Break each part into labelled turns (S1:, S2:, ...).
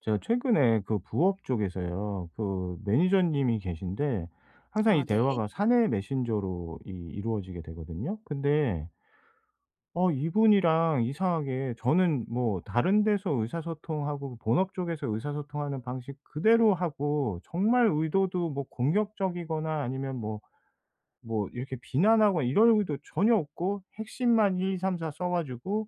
S1: 제가 최근에 그 부업 쪽에서요. 그 매니저님이 계신데 항상
S2: 아
S1: 이
S2: 네.
S1: 대화가 사내 메신저로 이 이루어지게 되거든요. 근데 이분이랑 이상하게 저는 뭐 다른 데서 의사소통하고 본업 쪽에서 의사소통하는 방식 그대로 하고, 정말 의도도 뭐 공격적이거나 아니면 뭐 이렇게 비난하거나 이럴 의도 전혀 없고 핵심만 일 이, 삼, 사 써 가지고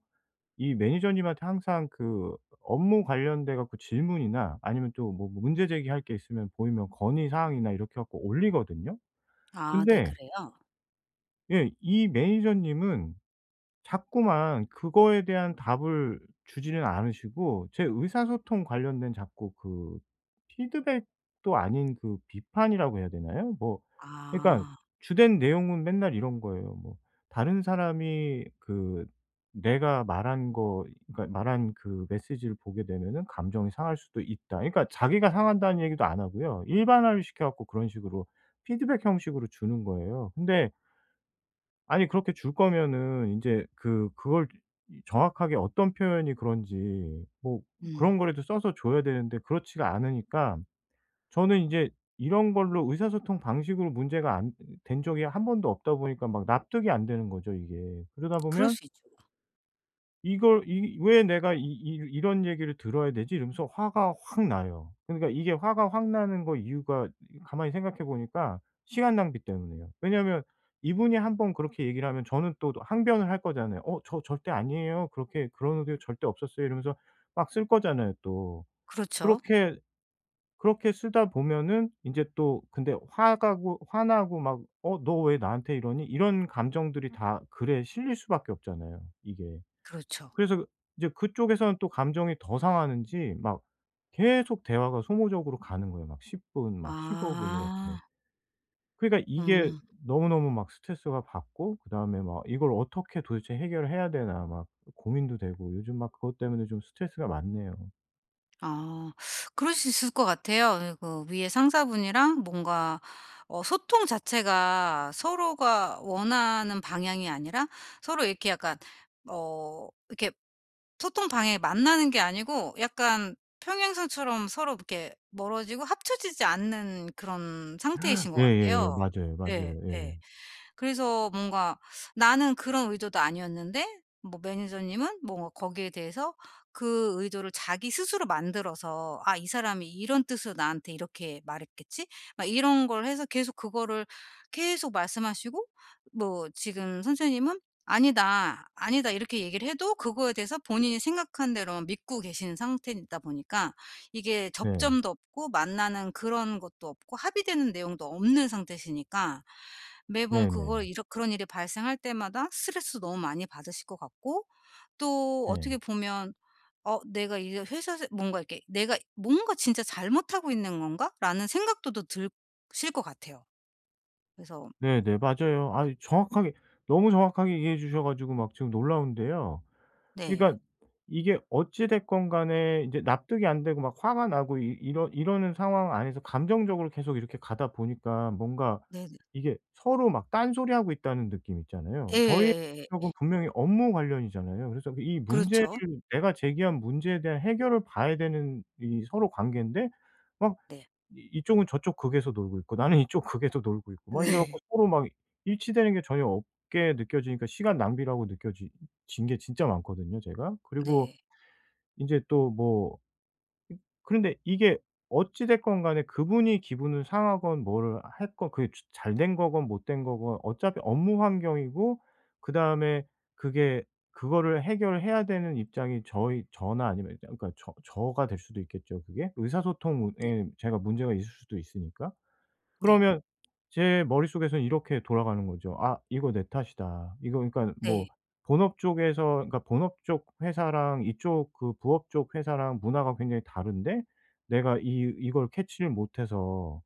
S1: 이 매니저님한테 항상 그 업무 관련돼 갖고 질문이나 아니면 또 뭐 문제 제기할 게 있으면, 보이면 건의 사항이나 이렇게 갖고 올리거든요.
S2: 아 네
S1: 근데
S2: 그래요?
S1: 예, 이 매니저님은 자꾸만 그거에 대한 답을 주지는 않으시고 제 의사소통 관련된 자꾸 그 피드백도 아닌, 그 비판이라고 해야 되나요? 뭐 그러니까
S2: 아.
S1: 주된 내용은 맨날 이런 거예요. 뭐 다른 사람이 그 내가 말한 거, 그러니까 말한 그 메시지를 보게 되면은 감정이 상할 수도 있다. 그러니까 자기가 상한다는 얘기도 안 하고요. 일반화를 시켜 갖고 그런 식으로 피드백 형식으로 주는 거예요. 근데 아니, 그렇게 줄 거면은 인제 그걸 이 정확하게 어떤 표현이 그런지, 뭐
S2: 음.
S1: 그런 거라도 써서 줘야 되는데 그렇지가 않으니까, 저는 인제 이런 걸로 의사소통 방식으로 문제가 안 된 적이 한 번도 없다 보니까 막 납득이 안 되는 거죠 이게. 그러다
S2: 그럴
S1: 보면
S2: 수 있죠.
S1: 이걸, 이 '왜 내가 이 이 이런 얘기를 들어야 되지?' 이러면서 화가 확 나요. 그러니까 이게 화가 확 나는 거 이유가 가만히 생각해 보니까 시간 낭비 때문이에요. 왜냐하면 이분이 한번 그렇게 얘기를 하면 저는 또 항변을 할 거잖아요. "어 저 절대 아니에요. 그렇게 그런 의도 절대 없었어요." 이러면서 막 쓸 거잖아요, 또.
S2: 그렇죠.
S1: 그렇게 그렇게 쓰다 보면은 이제 또 근데 화가고 화나고 막 '어 너 왜 나한테 이러니?' 이런 감정들이 다 글에 실릴 수밖에 없잖아요 이게.
S2: 그렇죠.
S1: 그래서 그 이제 그쪽에서는 또 감정이 더 상하는지 막 계속 대화가 소모적으로 가는 거예요. 막 10분, 막 15분 이렇게.
S2: 아.
S1: 그러니까 이게
S2: 음.
S1: 너무너무 막 스트레스가 받고 그다음에 막 '이걸 어떻게 도대체 해결을 해야 되나.' 막 고민도 되고 요즘 막 그것 때문에 좀 스트레스가 많네요.
S2: 아. 그럴 수 있을 것 같아요. 그 위에 상사분이랑 뭔가 소통 자체가 서로가 원하는 방향이 아니라 서로 이렇게 약간 이렇게 소통 방향이 만나는 게 아니고 약간 평행선처럼 서로 이렇게 멀어지고 합쳐지지 않는 그런 상태이신 것
S1: 예예예.
S2: 같아요.
S1: 맞아요,
S2: 예.
S1: 맞아요. 예.
S2: 예. 그래서 뭔가 나는 그런 의도도 아니었는데 뭐 매니저님은 뭔가 거기에 대해서 그 의도를 자기 스스로 만들어서 '아 이 사람이 이런 뜻으로 나한테 이렇게 말했겠지?' 막 이런 걸 해서 계속 그거를 계속 말씀하시고 뭐 지금 선생님은 "아니다, 아니다." 이렇게 얘기를 해도 그거에 대해서 본인이 생각한 대로만 믿고 계시는 상태이다 보니까 이게
S1: 네.
S2: 접점도 없고 만나는 그런 것도 없고 합의되는 내용도 없는 상태시니까 매번 그걸
S1: 네네.
S2: 이런 그런 일이 발생할 때마다 스트레스 너무 많이 받으실 것 같고 또
S1: 네.
S2: 어떻게 보면 '어 내가 이 회사에 뭔가 이렇게 내가 뭔가 진짜 잘못하고 있는 건가?'라는 생각도 더 드실 것 같아요. 그래서
S1: 네네. 맞아요. 아 정확하게, 너무 정확하게 이해해 주셔 가지고 막 지금 놀라운데요.
S2: 네.
S1: 그러니까 이게 어찌 됐건 간에 이제 납득이 안 되고 막 화가 나고 이 이러 이러는 상황 안에서 감정적으로 계속 이렇게 가다 보니까, 뭔가
S2: 네네.
S1: 이게 서로 막 딴소리하고 있다는 느낌 있잖아요. 저희
S2: 예예예.
S1: 쪽은 분명히 업무 관련이잖아요. 그래서 그 이 문제를,
S2: 그렇죠.
S1: 내가 제기한 문제에 대한 해결을 봐야 되는 이 서로 관계인데 막
S2: 네.
S1: 이 이쪽은 저쪽 극에서 놀고 있고 나는 이쪽 극에서 놀고 있고, 막 이래 갖고 서로 막 일치되는 게 전혀 없게 느껴지니까 시간 낭비라고 느껴지 진 게 진짜 많거든요 제가.
S2: 네.
S1: 그리고
S2: 네.
S1: 인제 또뭐 이 그런데 이게 어찌 됐건 간에 그분이 기분을 상하건 뭐를 했건, 그게 주 잘된 거건 못된 거건 어차피 업무 환경이고, 그다음에 그게 그거를 해결해야 되는 입장이 저희 저나, 아니면 그러니까 저가 될 수도 있겠죠 그게. 의사소통에
S2: 네.
S1: 제가 문제가 있을 수도 있으니까.
S2: 네.
S1: 그러면 제 머릿속에서는 이렇게 돌아가는 거죠. '아 이거 내 탓이다.' 이거 그러니까
S2: 네.
S1: 뭐 본업 쪽에서, 그러니까 본업 쪽 회사랑 이쪽 그 부업 쪽 회사랑 문화가 굉장히 다른데 내가 이 이걸 캐치를 못해서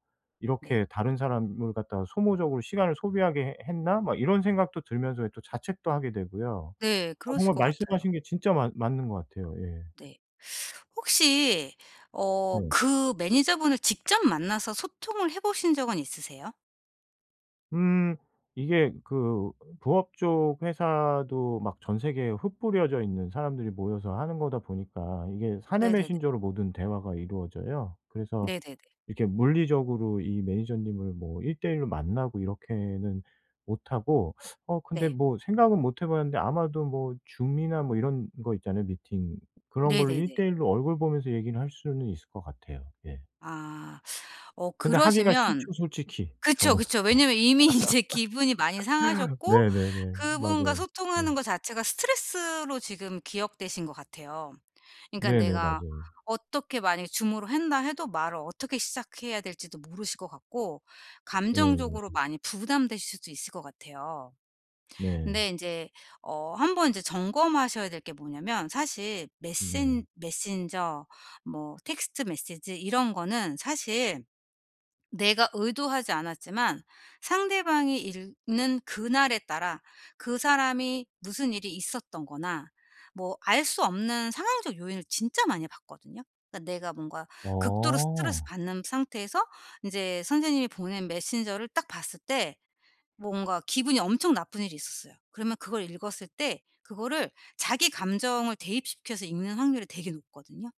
S2: 네.
S1: 이렇게 '다른 사람을 갖다가 소모적으로 시간을 소비하게 해 했나?' 막 이런 생각도 들면서 또 자책도 하게 되고요.
S2: 네.
S1: 아
S2: 그러실
S1: 정말
S2: 것 같아요.
S1: 말씀하신 게 진짜 맞 맞는 것 같아요. 예.
S2: 네. 혹시
S1: 네.
S2: 그 매니저분을 직접 만나서 소통을 해 보신 적은 있으세요?
S1: 음 이게 그 부업 쪽 회사도 막 전 세계에 흩뿌려져 있는 사람들이 모여서 하는 거다 보니까 이게 사내
S2: 네네네.
S1: 메신저로 모든 대화가 이루어져요. 그래서
S2: 네네네.
S1: 이렇게 물리적으로 이 매니저님을 뭐 1대1로 만나고 이렇게는 못하고, 근데
S2: 네.
S1: 뭐 생각은 못해 봤는데, 아마도 뭐 줌이나 뭐 이런 거 있잖아요, 미팅. 그런 걸로 1
S2: 네네네.
S1: 대1로 얼굴 보면서 얘기를 할 수는 있을 것 같아요. 예.
S2: 아.
S1: 근데 하기가
S2: 그러시면
S1: 싫죠, 솔직히
S2: 그쵸,
S1: 저는.
S2: 그쵸. 왜냐면 이미 인제 기분이 많이 상하셨고
S1: 네네네.
S2: 그분과
S1: 맞아요. 네.
S2: 소통하는 거 자체가 스트레스로 지금 기억되신 것 같아요. 그러니까
S1: 네네.
S2: 내가
S1: 맞아요.
S2: 어떻게 만약에 줌으로 한다 해도 말을 어떻게 시작해야 될지도 모르실 것 같고 감정적으로
S1: 예예.
S2: 많이 부담되실 수도 있을 것 같아요.
S1: 네.
S2: 근데 이제 한번 이제 점검하셔야 될 게 뭐냐면 사실
S1: 네.
S2: 메신저 뭐 텍스트 메시지 이런 거는 사실 내가 의도하지 않았지만 상대방이 읽는 그날에 따라 그 사람이 무슨 일이 있었던 거나 뭐 알 수 없는 상황적 요인을 진짜 많이 봤거든요. 그러니까 내가 뭔가 극도로 스트레스
S1: 어.
S2: 받는 상태에서 이제 선생님이 보낸 메신저를 딱 봤을 때 뭔가 기분이 엄청 나쁜 일이 있었어요. 그러면 그걸 읽었을 때 그거를 자기 감정을 대입시켜서 읽는 확률이 되게 높거든요.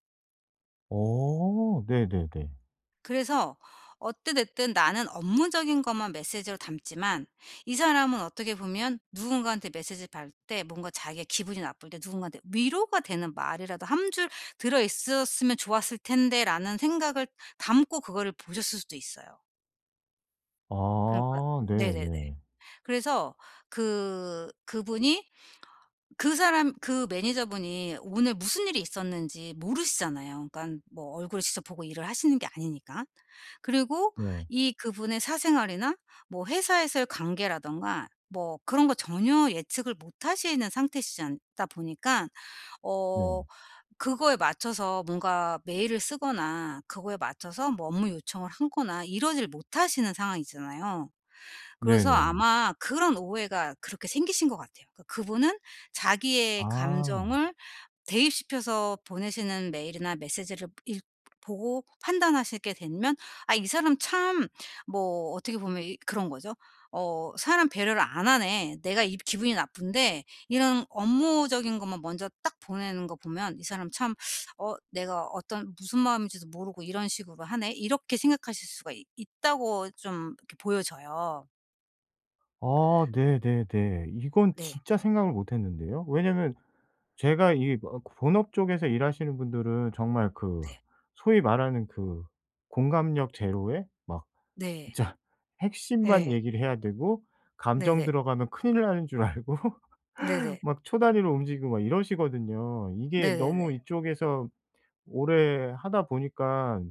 S1: 어. 네네네.
S2: 그래서 어찌 됐든 나는 업무적인 것만 메시지로 담지만 이 사람은 어떻게 보면 누군가한테 메시지를 받을 때 뭔가 자기가 기분이 나쁠 때 누군가한테 위로가 되는 말이라도 한 줄 들어 있었으면 좋았을 텐데라는 생각을 담고 그거를 보셨을 수도 있어요. 그러니까
S1: 아
S2: 네네네.
S1: 네네.
S2: 그래서 그분이 그 사람 그 매니저분이 오늘 무슨 일이 있었는지 모르시잖아요. 그러니까 뭐 얼굴을 직접 보고 일을 하시는 게 아니니까. 그리고
S1: 네.
S2: 이 그분의 사생활이나 뭐 회사에서의 관계라든가 뭐 그런 거 전혀 예측을 못 하시는 상태시지 않다 보니까
S1: 네.
S2: 어 그거에 맞춰서 뭔가 메일을 쓰거나 그거에 맞춰서 뭐 업무 요청을 하거나 이러질 못하시는 상황이잖아요. 그래서
S1: 네네.
S2: 아마 그런 오해가 그렇게 생기신 것 같아요. 그러니까 그분은 자기의
S1: 아.
S2: 감정을 대입시켜서 보내시는 메일이나 메시지를 읽 보고 판단하시게 되면 '아 이 사람 참' 뭐 어떻게 보면 이 그런 거죠. '어 사람 배려를 안 하네. 내가 이 기분이 나쁜데 이런 업무적인 것만 먼저 딱 보내는 거 보면 이 사람 참 어 내가 어떤 무슨 마음인지도 모르고 이런 식으로 하네.' 이렇게 생각하실 수가 있 있다고 좀 이렇게 보여져요.
S1: 아 네네네. 이건
S2: 네.
S1: 진짜 생각을 못 했는데요. 왜냐면 제가 이 뭐 본업 쪽에서 일하시는 분들은 정말 그
S2: 네.
S1: 소위 말하는 그 공감력 제로에 막
S2: 네.
S1: 진짜 핵심만
S2: 예.
S1: 얘기를 해야 되고, 감정
S2: 네네.
S1: 들어가면 큰일 나는 줄 알고
S2: 네네.
S1: 막 초단위로 움직이고 막 이러시거든요. 이게
S2: 네네 네. 네. 네 네, 네,
S1: 너무 이쪽에서 오래 하다 보니까,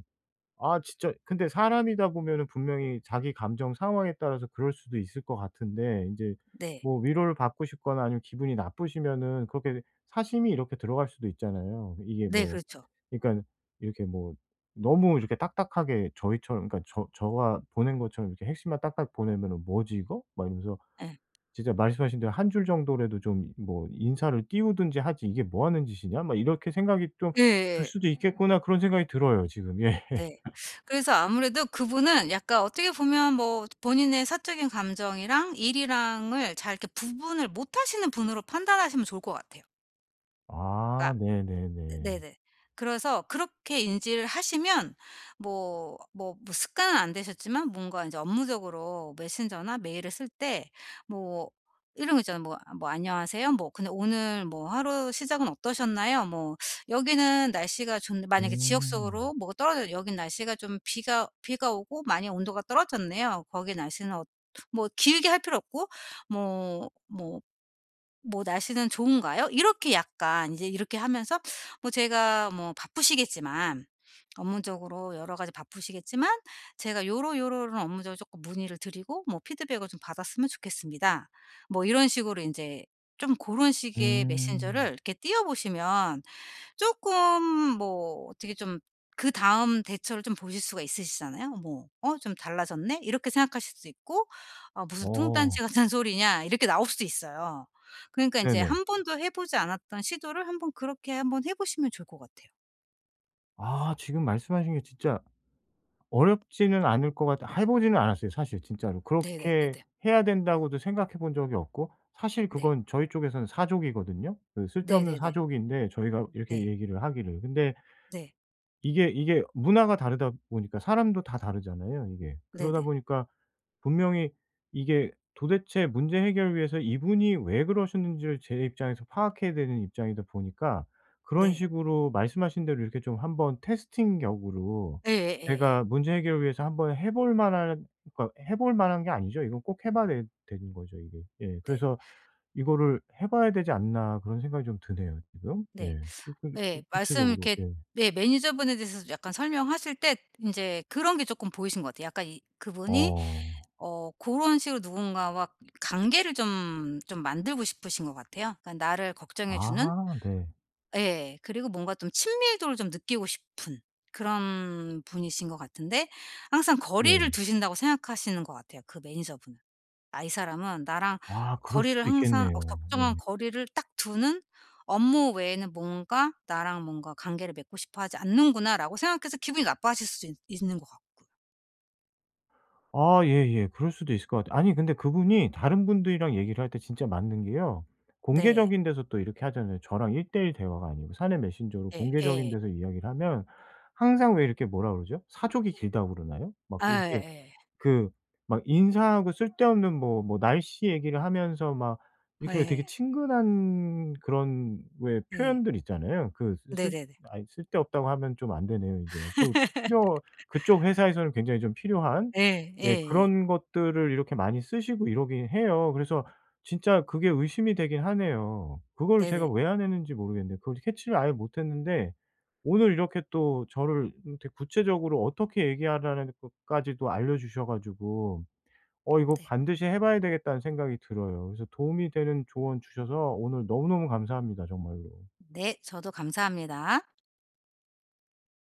S1: 아 진짜 근데 사람이다 보면은 분명히 자기 감정 상황에 따라서 그럴 수도 있을 것 같은데 이제
S2: 네,
S1: 뭐 위로를 받고 싶거나 아니면 기분이 나쁘시면은 그렇게 사심이 이렇게 들어갈 수도 있잖아요. 이게
S2: 네,
S1: 뭐
S2: 그렇죠.
S1: 그러니까 이렇게 뭐 너무 이렇게 딱딱하게 저희처럼, 그러니까 저가 보낸 것처럼 이렇게 핵심만 딱딱 보내면은 "뭐지 이거?" 막 이러면서
S2: 예.
S1: 진짜 말씀하신 대로 한 줄 정도라도 좀 뭐 '인사를 띄우든지 하지, 이게 뭐 하는 짓이냐?' 막 이렇게 생각이 좀 들
S2: 예예예.
S1: 수도 있겠구나, 그런 생각이 들어요 지금. 예.
S2: 네. 그래서 아무래도 그분은 약간 어떻게 보면 뭐 본인의 사적인 감정이랑 일이랑을 잘 이렇게 구분을 못하시는 분으로 판단하시면 좋을 것 같아요.
S1: 아
S2: 그러니까 네,
S1: 네네네.
S2: 네네. 그래서 그렇게 인지를 하시면 뭐 뭐 뭐 습관은 안 되셨지만 뭔가 이제 업무적으로 메신저나 메일을 쓸 때 뭐 이런 거 있잖아요. 뭐 아 뭐 "안녕하세요." 뭐 "근데 오늘 뭐 하루 시작은 어떠셨나요?" 뭐 "여기는 날씨가 좋네." 만약에 지역
S1: 음.
S2: 속으로 뭐가 떨어져 "여긴 날씨가 좀 비가 오고 많이 온도가 떨어졌네요. 거기 날씨는 어" 뭐 길게 할 필요 없고 뭐뭐 뭐 "날씨는 좋은가요?" 이렇게 약간 이제 이렇게 하면서 뭐 제가 뭐 바쁘시겠지만 업무적으로 여러 가지 바쁘시겠지만 제가 요러는 업무적으로 조금 문의를 드리고 뭐 피드백을 좀 받았으면 좋겠습니다." 뭐 이런 식으로 이제 좀 그런 식의 메신저를
S1: 음.
S2: 이렇게 띄워 보시면 쪼끔 뭐 어떻게 좀 그다음 대처를 좀 보실 수가 있으시잖아요. 뭐 '어 좀 달라졌네?' 이렇게 생각하실 수도 있고 '아 무슨 뚱딴지
S1: 어.
S2: 같은 소리냐?' 이렇게 나올 수도 있어요. 그러니까 인제
S1: 네네.
S2: 한 번도 해 보지 않았던 시도를 한번 그렇게 한번 해 보시면 좋을 것 같아요.
S1: 아 지금 말씀하신 게 진짜 어렵지는 않을 것 같아, 해 보지는 않았어요 사실 진짜로. 그렇게
S2: 네네네네.
S1: 해야 된다고도 생각해 본 적이 없고, 사실
S2: 네.
S1: 그건 저희 쪽에서는 사족이거든요. 그 쓸데없는
S2: 네네네.
S1: 사족인데 저희가
S2: 네.
S1: 이렇게 얘기를 하기를. 근데
S2: 네.
S1: 이게 문화가 다르다 보니까 사람도 다 다르잖아요 이게. 그러다
S2: 네네.
S1: 보니까 분명히 이게, 도대체 문제 해결을 위해서 이분이 왜 그러셨는지를 제 입장에서 파악해야 되는 입장이다 보니까, 그런
S2: 네.
S1: 식으로 말씀하신 대로 이렇게 좀 한번 테스팅 격으로
S2: 예예예예.
S1: 제가 문제 해결을 위해서 한번 해볼 만한, 그러니까 해볼 만한 게 아니죠. 이건 꼭 해 봐야 되 되는 거죠 이게. 예.
S2: 네.
S1: 그래서 '이거를 해 봐야 되지 않나.' 그런 생각이 좀 드네요 지금.
S2: 네.
S1: 예. 그
S2: 예. 말씀
S1: 구체적으로
S2: 이렇게
S1: 예.
S2: 예 매니저분에 대해서 약간 설명하실 때 인제 그런 게 쪼끔 보이신 것 같아요. 약간 이 그분이
S1: 어.
S2: 그런 식으로 누군가와 관계를 좀 만들고 싶으신 것 같아요. 그러니까 나를 걱정해 주는
S1: 아 네.
S2: 예. 그리고 뭔가 좀 친밀도를 좀 느끼고 싶은 그런 분이신 것 같은데 항상 거리를
S1: 네.
S2: 두신다고 생각하시는 것 같아요, 그 매니저분은. '아 이 사람은 나랑
S1: 아 그럴
S2: 거리를
S1: 수도
S2: 항상
S1: 있겠네요.
S2: 적정한
S1: 예.
S2: 거리를 딱 두는 업무 외에는 뭔가 나랑 뭔가 관계를 맺고 싶어 하지 않는구나.'라고 생각해서 기분이 나빠하실 수도 있 있는 것 같고.
S1: 아 예예. 그럴 수도 있을 것 같아요. 아니 근데 그분이 다른 분들이랑 얘기를 할 때 진짜 맞는 게요.
S2: 네.
S1: 공개적인 데서 또 이렇게 하잖아요. 저랑 1대1 대화가 아니고 사내 메신저로
S2: 예.
S1: 공개적인
S2: 예.
S1: 데서 이야기를 하면 항상, 왜 이렇게 뭐라 그러죠? 사족이 길다고 그러나요? 막
S2: 아
S1: 이렇게
S2: 예예.
S1: 그 막 인사하고 쓸데없는 뭐 날씨 얘기를 하면서 막
S2: 예.
S1: 이렇게 왜 되게
S2: 예.
S1: 친근한 그런 왜
S2: 네.
S1: 표현들 있잖아요. 그 쓰 쓸
S2: 네네네.
S1: 아이 쓸데없다고 하면 좀 안 되네요 인제. 그 필요 그쪽 회사에서는 굉장히 좀 필요한,
S2: 예.
S1: 예
S2: 예예.
S1: 그런 것들을 이렇게 많이 쓰시고 이러긴 해요. 그래서 진짜 그게 의심이 되긴 하네요. 그걸 제가
S2: 네네.
S1: 왜 안 했는지 모르겠네요. 그걸 캐치를 아예 못 했는데 오늘 이렇게 또 저를 되게 구체적으로 어떻게 얘기하라는 것까지도 알려주셔 가지고 '어 이거
S2: 네.
S1: 반드시 해 봐야 되겠다.'는 생각이 들어요. 그래서 도움이 되는 조언 주셔서 오늘 너무너무 감사합니다 정말로.
S2: 네. 저도 감사합니다.